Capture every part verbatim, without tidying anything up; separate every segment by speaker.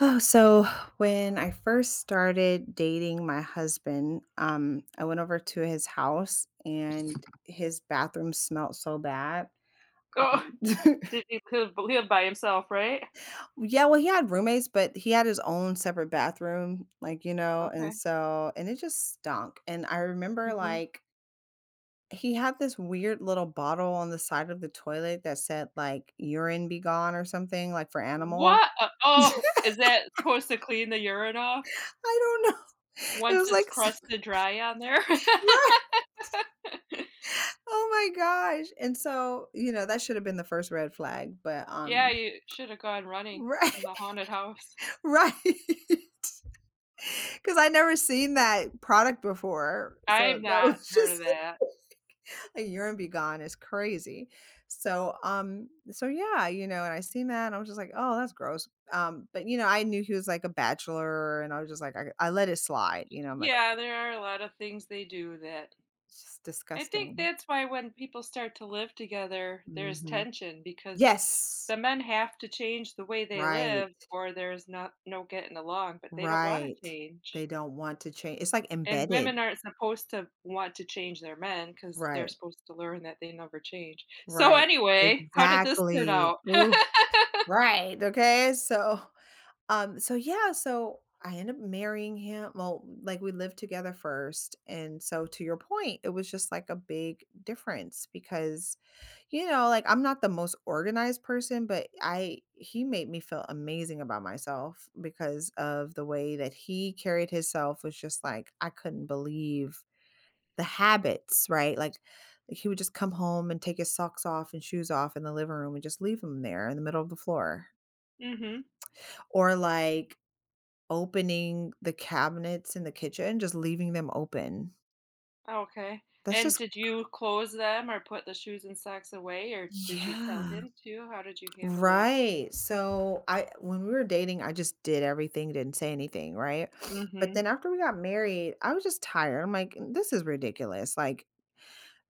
Speaker 1: Oh, so when I first started dating my husband, um, I went over to his house and his bathroom smelled so bad.
Speaker 2: Oh,
Speaker 1: Um,
Speaker 2: did he live live by himself, right?
Speaker 1: yeah, well, he had roommates, but he had his own separate bathroom, like, you know, and
Speaker 2: Okay,
Speaker 1: so, and it just stunk. And I remember,
Speaker 2: mhm.
Speaker 1: like, he had this weird little bottle on the side of the toilet that said, like, urine be gone or something, like for animals.
Speaker 2: What a oh, is that supposed to clean the urine off
Speaker 1: I don't know. It
Speaker 2: once
Speaker 1: was
Speaker 2: it's
Speaker 1: like,
Speaker 2: crusted dry on there?
Speaker 1: right. Oh my gosh, and so, you know, that should have been the first red flag, but,
Speaker 2: Yeah,
Speaker 1: um
Speaker 2: you shoulda gone running
Speaker 1: right,
Speaker 2: from the haunted house.
Speaker 1: right, because I never seen that product before,
Speaker 2: I've
Speaker 1: so that
Speaker 2: not
Speaker 1: was
Speaker 2: heard of
Speaker 1: just
Speaker 2: that.
Speaker 1: a urine be gone is crazy. So, um so yeah, you know, and I seen that and I was just like, "Oh, that's gross." Um, but, you know, I knew he was like a bachelor and I was just like, I I let it slide, you know, I'm like,
Speaker 2: Yeah, there are a lot of things they do that
Speaker 1: "It's just
Speaker 2: I think
Speaker 1: disgusting."
Speaker 2: that's why when people start to live together, there's
Speaker 1: Mhm.
Speaker 2: tension because
Speaker 1: Yes,
Speaker 2: the men have to change the way they
Speaker 1: right.
Speaker 2: live or there's not no getting along, but they don't wanna
Speaker 1: Right. They
Speaker 2: change.
Speaker 1: don't want to change, it's like
Speaker 2: And
Speaker 1: embedded.
Speaker 2: women aren't supposed to want to change their men because 'cause they're
Speaker 1: Right,
Speaker 2: supposed to learn that they never change. So,
Speaker 1: right.
Speaker 2: anyway, how did this turn
Speaker 1: Exactly.
Speaker 2: out?
Speaker 1: Ooh, right, okay, so, um, so yeah, so I ended up marrying him, well, like, we lived together first, and so to your point, it was just, like, a big difference because, you know, like, I'm not the most organized person, but I he made me feel amazing about myself because of the way that he carried himself was just like, I couldn't believe the habits, right? Like, like he would just come home and take his socks off and shoes off in the living room and just leave them there in the middle of the floor.
Speaker 2: Mhm.
Speaker 1: Or like opening the cabinets in the kitchen, just leaving them open.
Speaker 2: Okay.
Speaker 1: That's
Speaker 2: And
Speaker 1: just
Speaker 2: did you close them or put the shoes and socks away, or did you tell
Speaker 1: Yeah.
Speaker 2: him to? How did you handle that?
Speaker 1: Right. So I when we were dating, I just did everything, didn't say anything, right? But then
Speaker 2: Mhm.
Speaker 1: after we got married, I was just tired. I'm like, this is ridiculous. Like,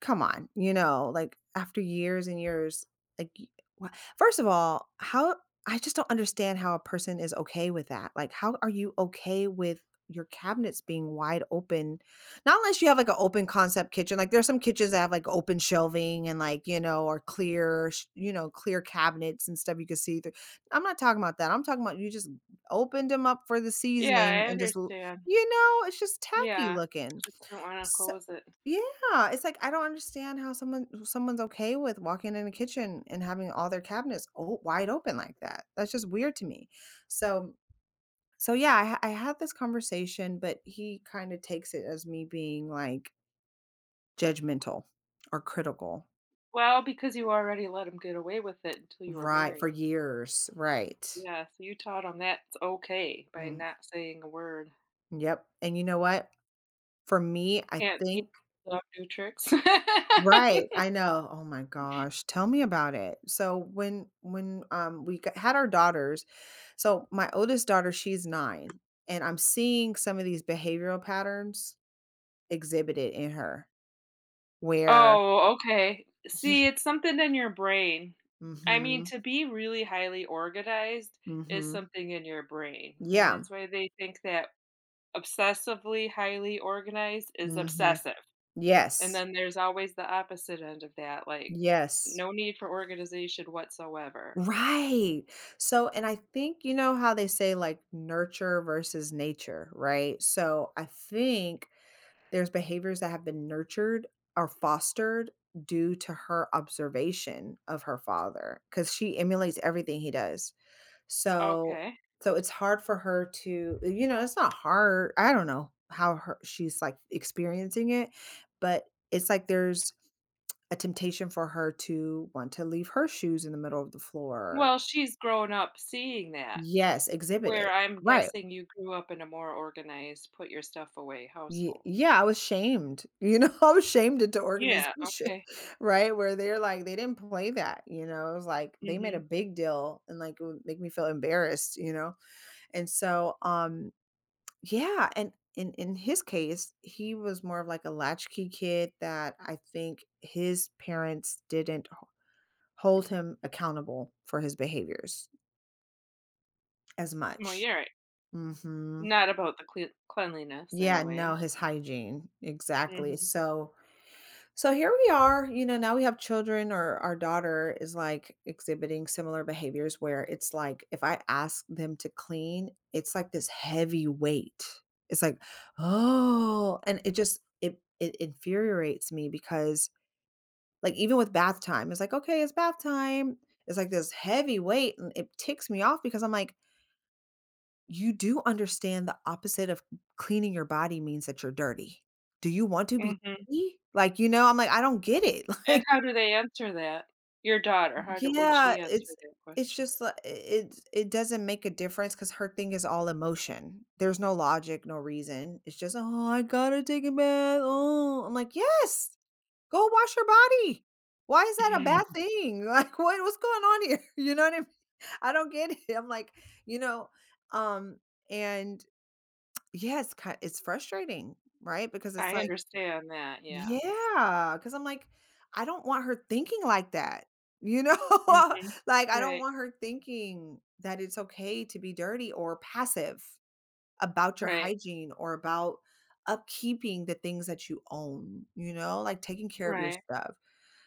Speaker 1: come on, you know, like after years and years, like y- wha- first of all, how I just don't understand how a person is okay with that. Like, how are you okay with your cabinets being wide open? Not unless you have like an open concept kitchen. Like, there's some kitchens that have like open shelving and like, you know, or clear, sh- you know, clear cabinets and stuff you can see through. I'm not talking about that. I'm talking about you just opened them up for the
Speaker 2: Yeah,
Speaker 1: seasoning
Speaker 2: I
Speaker 1: and just l-
Speaker 2: understand.
Speaker 1: you know, it's just tacky
Speaker 2: Yeah.
Speaker 1: looking.
Speaker 2: Just don't wanna
Speaker 1: So,
Speaker 2: close it.
Speaker 1: yeah, it's like I don't understand how someone someone's okay with walking in the kitchen and having all their cabinets o- wide open like that. That's just weird to me. So, so yeah, I, ha- I had this conversation, but he kind of takes it as me being like judgmental or critical,
Speaker 2: Well, because you already let him get away with it until you were
Speaker 1: right? For
Speaker 2: married.
Speaker 1: years, right?
Speaker 2: Yeah, so you taught him that's okay by
Speaker 1: Mm,
Speaker 2: not saying a word.
Speaker 1: yep. And you know what? For me, I
Speaker 2: Can't teach
Speaker 1: think
Speaker 2: the dog new tricks.
Speaker 1: right, I know. Oh my gosh, tell me about it. So when when, um, we g had our daughters, so my oldest daughter, she's nine, and I'm seeing some of these behavioral patterns exhibited in her where
Speaker 2: Oh, okay. See,
Speaker 1: Ye
Speaker 2: it's something in your brain. I mean,
Speaker 1: Mhm,
Speaker 2: to be really highly organized is
Speaker 1: mhm,
Speaker 2: something in your brain, and
Speaker 1: yeah,
Speaker 2: that's why they think that obsessively highly organized is
Speaker 1: mhm,
Speaker 2: obsessive, and
Speaker 1: yes,
Speaker 2: then there's always the opposite end of that, like,
Speaker 1: yes,
Speaker 2: no need for organization whatsoever.
Speaker 1: right. So, and I think, you know how they say, like, nurture versus nature, right? So I think there's behaviors that have been nurtured or fostered due to her observation of her father, because she emulates everything he does. So
Speaker 2: Okay.
Speaker 1: so it's hard for her to eh, you know, it's not hard. I don't know how her she's, like, experiencing it, but it's like there's a temptation for her to want to leave her shoes in the middle of the floor.
Speaker 2: Well, she's grown up seeing that,
Speaker 1: Yes, exhibit it.
Speaker 2: where I'm
Speaker 1: Right.
Speaker 2: guessing you grew up in a more organized, put your stuff away
Speaker 1: Ye
Speaker 2: household.
Speaker 1: Yeah, I was shamed, you know, I was shamed into
Speaker 2: Yeah,
Speaker 1: organization,
Speaker 2: okay.
Speaker 1: right, where they're like, they didn't play that, you know, it was like, they made a
Speaker 2: Mhm.
Speaker 1: big deal and, like, it would make me feel embarrassed, you know, and so, um, yeah, and in in his case, he was more of like a latchkey kid that I think his parents didn't ho hold him accountable for his behaviors as
Speaker 2: Well,
Speaker 1: much.
Speaker 2: you're right.
Speaker 1: Mhm.
Speaker 2: Not about the clea cleanliness
Speaker 1: Yeah, no,
Speaker 2: anyway.
Speaker 1: his hygiene, exactly,
Speaker 2: Mhm,
Speaker 1: so so here we are, you know, now we have children, or our daughter is like exhibiting similar behaviors where it's like if I ask them to clean, it's like this heavy weight. It's like, "Oh," and it just it it infuriates me because like even with bath time, it's like, "Okay, it's bath time." It's like this heavy weight and it ticks me off because I'm like, "You do understand the opposite of cleaning your body means that you're dirty. Do you want to be
Speaker 2: mhm.
Speaker 1: dirty?" Like, you know, I'm like, "I don't get it." Like,
Speaker 2: And how do they answer that? Your daughter, how do would
Speaker 1: yeah,
Speaker 2: she answer
Speaker 1: it's
Speaker 2: that
Speaker 1: it's
Speaker 2: question?
Speaker 1: just like it it doesn't make a difference because her thing is all emotion. There's no logic, no reason. It's just, "Oh, I gotta take a bath. Oh." I'm like, "Yes, go wash your body. Why is that a bad thing? Like, what what's going on here?" You know what I mean? I don't get it. I'm like, you know, um, and yeah, it's ki it's frustrating, right? Because it's
Speaker 2: I
Speaker 1: like
Speaker 2: understand that, yeah.
Speaker 1: yeah, because 'cause I'm like, I don't want her thinking like that, you know?
Speaker 2: Mhm.
Speaker 1: Like, I don't
Speaker 2: Right,
Speaker 1: want her thinking that it's okay to be dirty or passive about your
Speaker 2: right,
Speaker 1: hygiene or about upkeeping the things that you own, you know, like taking care of your
Speaker 2: right.
Speaker 1: stuff,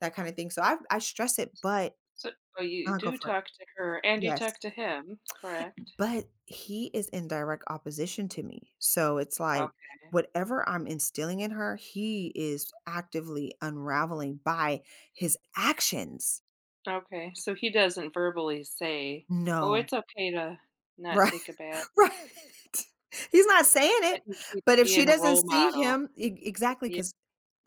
Speaker 1: that kind of thing. So I I stress it, but
Speaker 2: So oh, you
Speaker 1: uh, go
Speaker 2: do
Speaker 1: for it.
Speaker 2: talk to her and you
Speaker 1: Yes.
Speaker 2: talk to him, correct?
Speaker 1: But he is in direct opposition to me. So it's like
Speaker 2: Okay.
Speaker 1: whatever I'm instilling in her, he is actively unraveling by his actions.
Speaker 2: Okay, so he doesn't verbally say, "Oh,
Speaker 1: No.
Speaker 2: it's okay to not
Speaker 1: Right.
Speaker 2: take a bath,"
Speaker 1: Right. He's not saying
Speaker 2: but
Speaker 1: it,
Speaker 2: he keeps
Speaker 1: but if she
Speaker 2: being a
Speaker 1: doesn't
Speaker 2: role
Speaker 1: see
Speaker 2: model.
Speaker 1: him e exactly,
Speaker 2: Yeah.
Speaker 1: because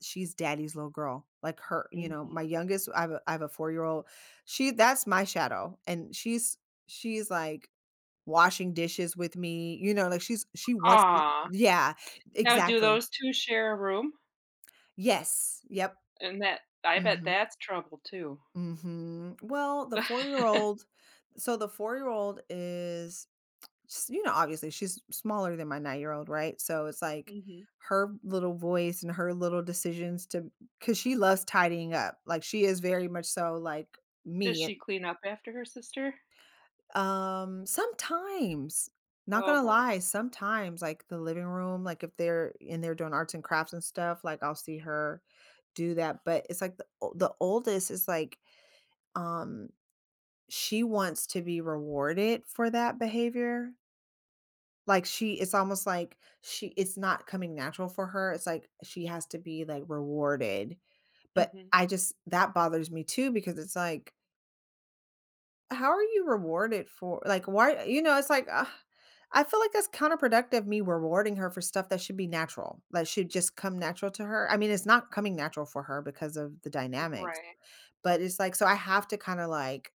Speaker 1: she's daddy's little girl, like her you know,
Speaker 2: Mhm.
Speaker 1: my youngest, I have a I have a four year old. She That's my shadow, and she's she's like washing dishes with me, you know, like, she's she wants to.
Speaker 2: Aw.
Speaker 1: Yeah,
Speaker 2: Now do
Speaker 1: exactly.
Speaker 2: those two share a room?
Speaker 1: Yes, yep.
Speaker 2: And that I bet
Speaker 1: Mhm,
Speaker 2: that's trouble too.
Speaker 1: mhm. Well, the four-year-old, so the four-year-old is s you know, obviously, she's smaller than my nine-year-old, right? So, it's like
Speaker 2: Mhm.
Speaker 1: her little voice and her little decisions to, cause she loves tidying up, like, she is very much so like
Speaker 2: Does
Speaker 1: me.
Speaker 2: she clean up after her sister?
Speaker 1: Um, sometimes, not
Speaker 2: Oh
Speaker 1: gonna
Speaker 2: boy.
Speaker 1: lie, sometimes, like, the living room, like, if they're in there doing arts and crafts and stuff, like, I'll see her do that, but it's like the o the oldest is like, um, she wants to be rewarded for that behavior. Like, she it's almost like she it's not coming natural for her, it's like she has to be, like, rewarded, but
Speaker 2: Mhm.
Speaker 1: I just that bothers me too because it's like how are you rewarded for, like, why, you know, it's like, ugh, I feel like that's counterproductive, me rewarding her for stuff that should be natural, that should just come natural to her. I mean, it's not coming natural for her because of the dynamics,
Speaker 2: Right.
Speaker 1: but it's like, so I have to kind of like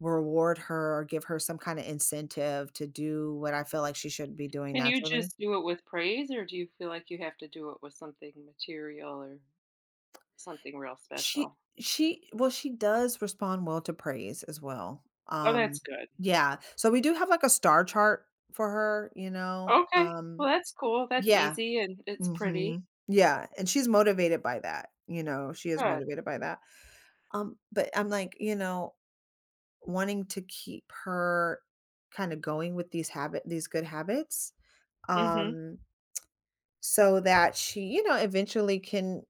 Speaker 1: reward her or give her some kind of incentive to do what I feel like she should be doing
Speaker 2: Can you
Speaker 1: naturally.
Speaker 2: just do it with praise, or do you feel like you have to do it with something material or something real
Speaker 1: She
Speaker 2: special?
Speaker 1: she well, she does respond well to praise as well.
Speaker 2: Oh,
Speaker 1: Um,
Speaker 2: that's good.
Speaker 1: yeah. So we do have like a star chart for her, you know.
Speaker 2: Okay.
Speaker 1: Um,
Speaker 2: Well, that's cool. That's
Speaker 1: yeah.
Speaker 2: easy and it's pretty.
Speaker 1: Mhm. Yeah, and she's motivated by that, you know, she is
Speaker 2: Good.
Speaker 1: motivated by that. Um, but I'm like, you know, wanting to keep her kinda going with these habit these good habits,
Speaker 2: Mhm.
Speaker 1: um, so that she, you know, eventually can,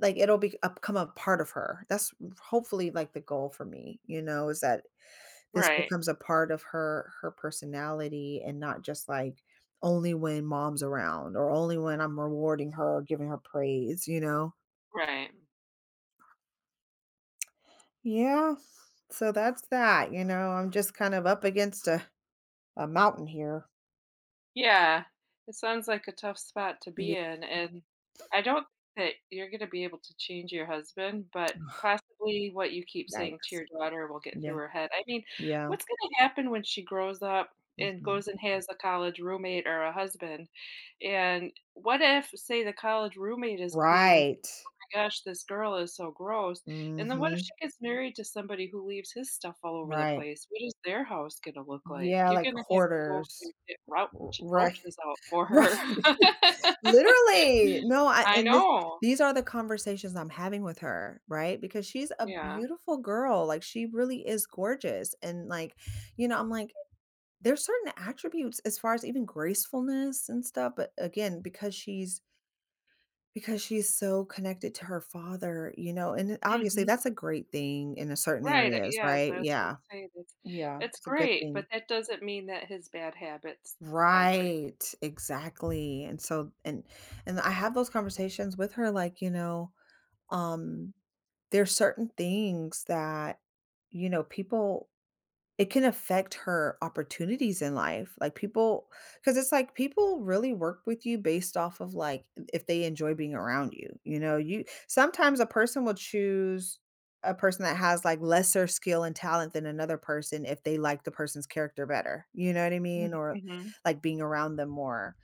Speaker 1: like, it'll be a become a part of her. That's hopefully, like, the goal for me, you know, is that this
Speaker 2: Right.
Speaker 1: becomes a part of her her personality and not just, like, only when mom's around or only when I'm rewarding her or giving her praise, you know?
Speaker 2: Right.
Speaker 1: Yeah, so that's that, you know, I'm just kind of up against a a mountain here.
Speaker 2: Yeah, it sounds like a tough spot to
Speaker 1: Ye
Speaker 2: be in, and I don't think that you're gonna be able to change your husband, but possibly what you keep saying to
Speaker 1: Yikes.
Speaker 2: your daughter will get through
Speaker 1: Yeah,
Speaker 2: her head. I mean,
Speaker 1: yeah,
Speaker 2: what's gonna happen when she grows up and
Speaker 1: mhm.
Speaker 2: goes and has a college roommate or a husband? And what if, say, the college roommate is clean and
Speaker 1: Right.
Speaker 2: gosh, this girl is so gross. And then what if she
Speaker 1: Mhm,
Speaker 2: gets married to somebody who leaves his stuff all over the
Speaker 1: right.
Speaker 2: place? What is their house gonna look like?
Speaker 1: Yeah,
Speaker 2: You're
Speaker 1: like
Speaker 2: gonna have to go over there
Speaker 1: hoarders.
Speaker 2: and get roach
Speaker 1: R Right,
Speaker 2: roaches out for her.
Speaker 1: right. Literally. No, I
Speaker 2: I
Speaker 1: and this,
Speaker 2: know.
Speaker 1: these are the conversations I'm having with her, right? Because she's a
Speaker 2: Yeah.
Speaker 1: beautiful girl, like, she really is gorgeous, and, like, you know, I'm like, there's certain attributes as far as even gracefulness and stuff, but again, because she's because she's so connected to her father, you know, and obviously
Speaker 2: Mhm.
Speaker 1: that's a great thing in a certain
Speaker 2: Right, uh,
Speaker 1: areas,
Speaker 2: yes,
Speaker 1: right?
Speaker 2: I was gonna
Speaker 1: Yeah.
Speaker 2: say that's
Speaker 1: Yeah,
Speaker 2: it's
Speaker 1: it's a good
Speaker 2: great,
Speaker 1: thing.
Speaker 2: but that doesn't mean that his bad habits are great.
Speaker 1: Right, exactly. And so and and I have those conversations with her, like, you know, um there's certain things that, you know, people, it can affect her opportunities in life, like, people, because it's like people really work with you based off of, like, if they enjoy being around you, you know? You Sometimes a person will choose a person that has, like, lesser skill and talent than another person if they like the person's character better, you know what I mean?
Speaker 2: Mhm,
Speaker 1: Or,
Speaker 2: mhm,
Speaker 1: like, being around them more.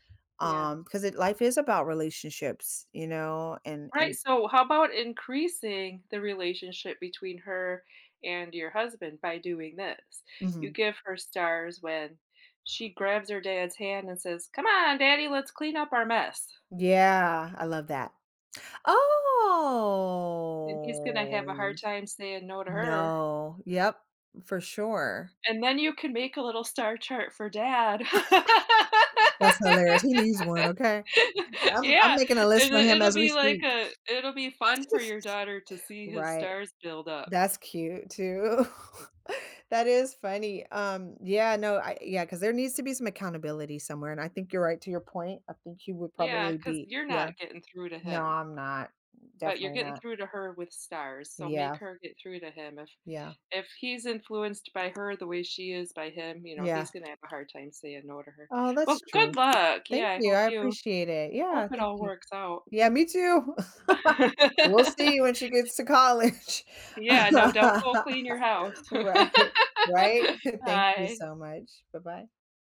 Speaker 2: yeah.
Speaker 1: Um, because it life is about relationships, you know? And
Speaker 2: Right,
Speaker 1: and
Speaker 2: so how about increasing the relationship between her and your husband by doing this? You
Speaker 1: mhm.
Speaker 2: give her stars when she grabs her dad's hand and says, "Come on, daddy, let's clean up our mess."
Speaker 1: Yeah, I love that.
Speaker 2: And he's going to have a
Speaker 1: Oh!
Speaker 2: hard time saying no to her.
Speaker 1: No. Yep, for sure.
Speaker 2: And then you can make a little star chart for dad.
Speaker 1: That's hilarious. He needs one, okay? I'm I'm
Speaker 2: Yeah,
Speaker 1: making a list
Speaker 2: and
Speaker 1: for
Speaker 2: then
Speaker 1: him
Speaker 2: it'll
Speaker 1: as we
Speaker 2: be like
Speaker 1: speak.
Speaker 2: a it'll be fun for your daughter to see his
Speaker 1: Right.
Speaker 2: stars build up.
Speaker 1: That's cute too. That is funny. Um, yeah, no, I yeah. Because there needs to be some accountability somewhere, and I think you're right to your point. I think he would
Speaker 2: Yeah,
Speaker 1: probably
Speaker 2: because 'cause
Speaker 1: be,
Speaker 2: you're
Speaker 1: yeah.
Speaker 2: not getting through to
Speaker 1: No,
Speaker 2: him.
Speaker 1: I'm not.
Speaker 2: But you're
Speaker 1: Definitely
Speaker 2: getting
Speaker 1: not.
Speaker 2: through to her with stars, so
Speaker 1: Yeah,
Speaker 2: make her get through to him. If
Speaker 1: yeah,
Speaker 2: if he's influenced by her the way she is by him, you know,
Speaker 1: yeah.
Speaker 2: he's gonna have a hard time saying no to her.
Speaker 1: Oh,
Speaker 2: Well,
Speaker 1: that's true.
Speaker 2: good luck.
Speaker 1: Thank
Speaker 2: Yeah, I
Speaker 1: you,
Speaker 2: hope
Speaker 1: I
Speaker 2: you
Speaker 1: appreciate it.
Speaker 2: hope
Speaker 1: Yeah,
Speaker 2: it
Speaker 1: thank
Speaker 2: all
Speaker 1: you.
Speaker 2: works out.
Speaker 1: Yeah, me too. We'll see when she gets to college.
Speaker 2: Yeah, no, don't go clean your house.
Speaker 1: Right, right? Thank you
Speaker 2: Bye.
Speaker 1: so much. Bye-bye.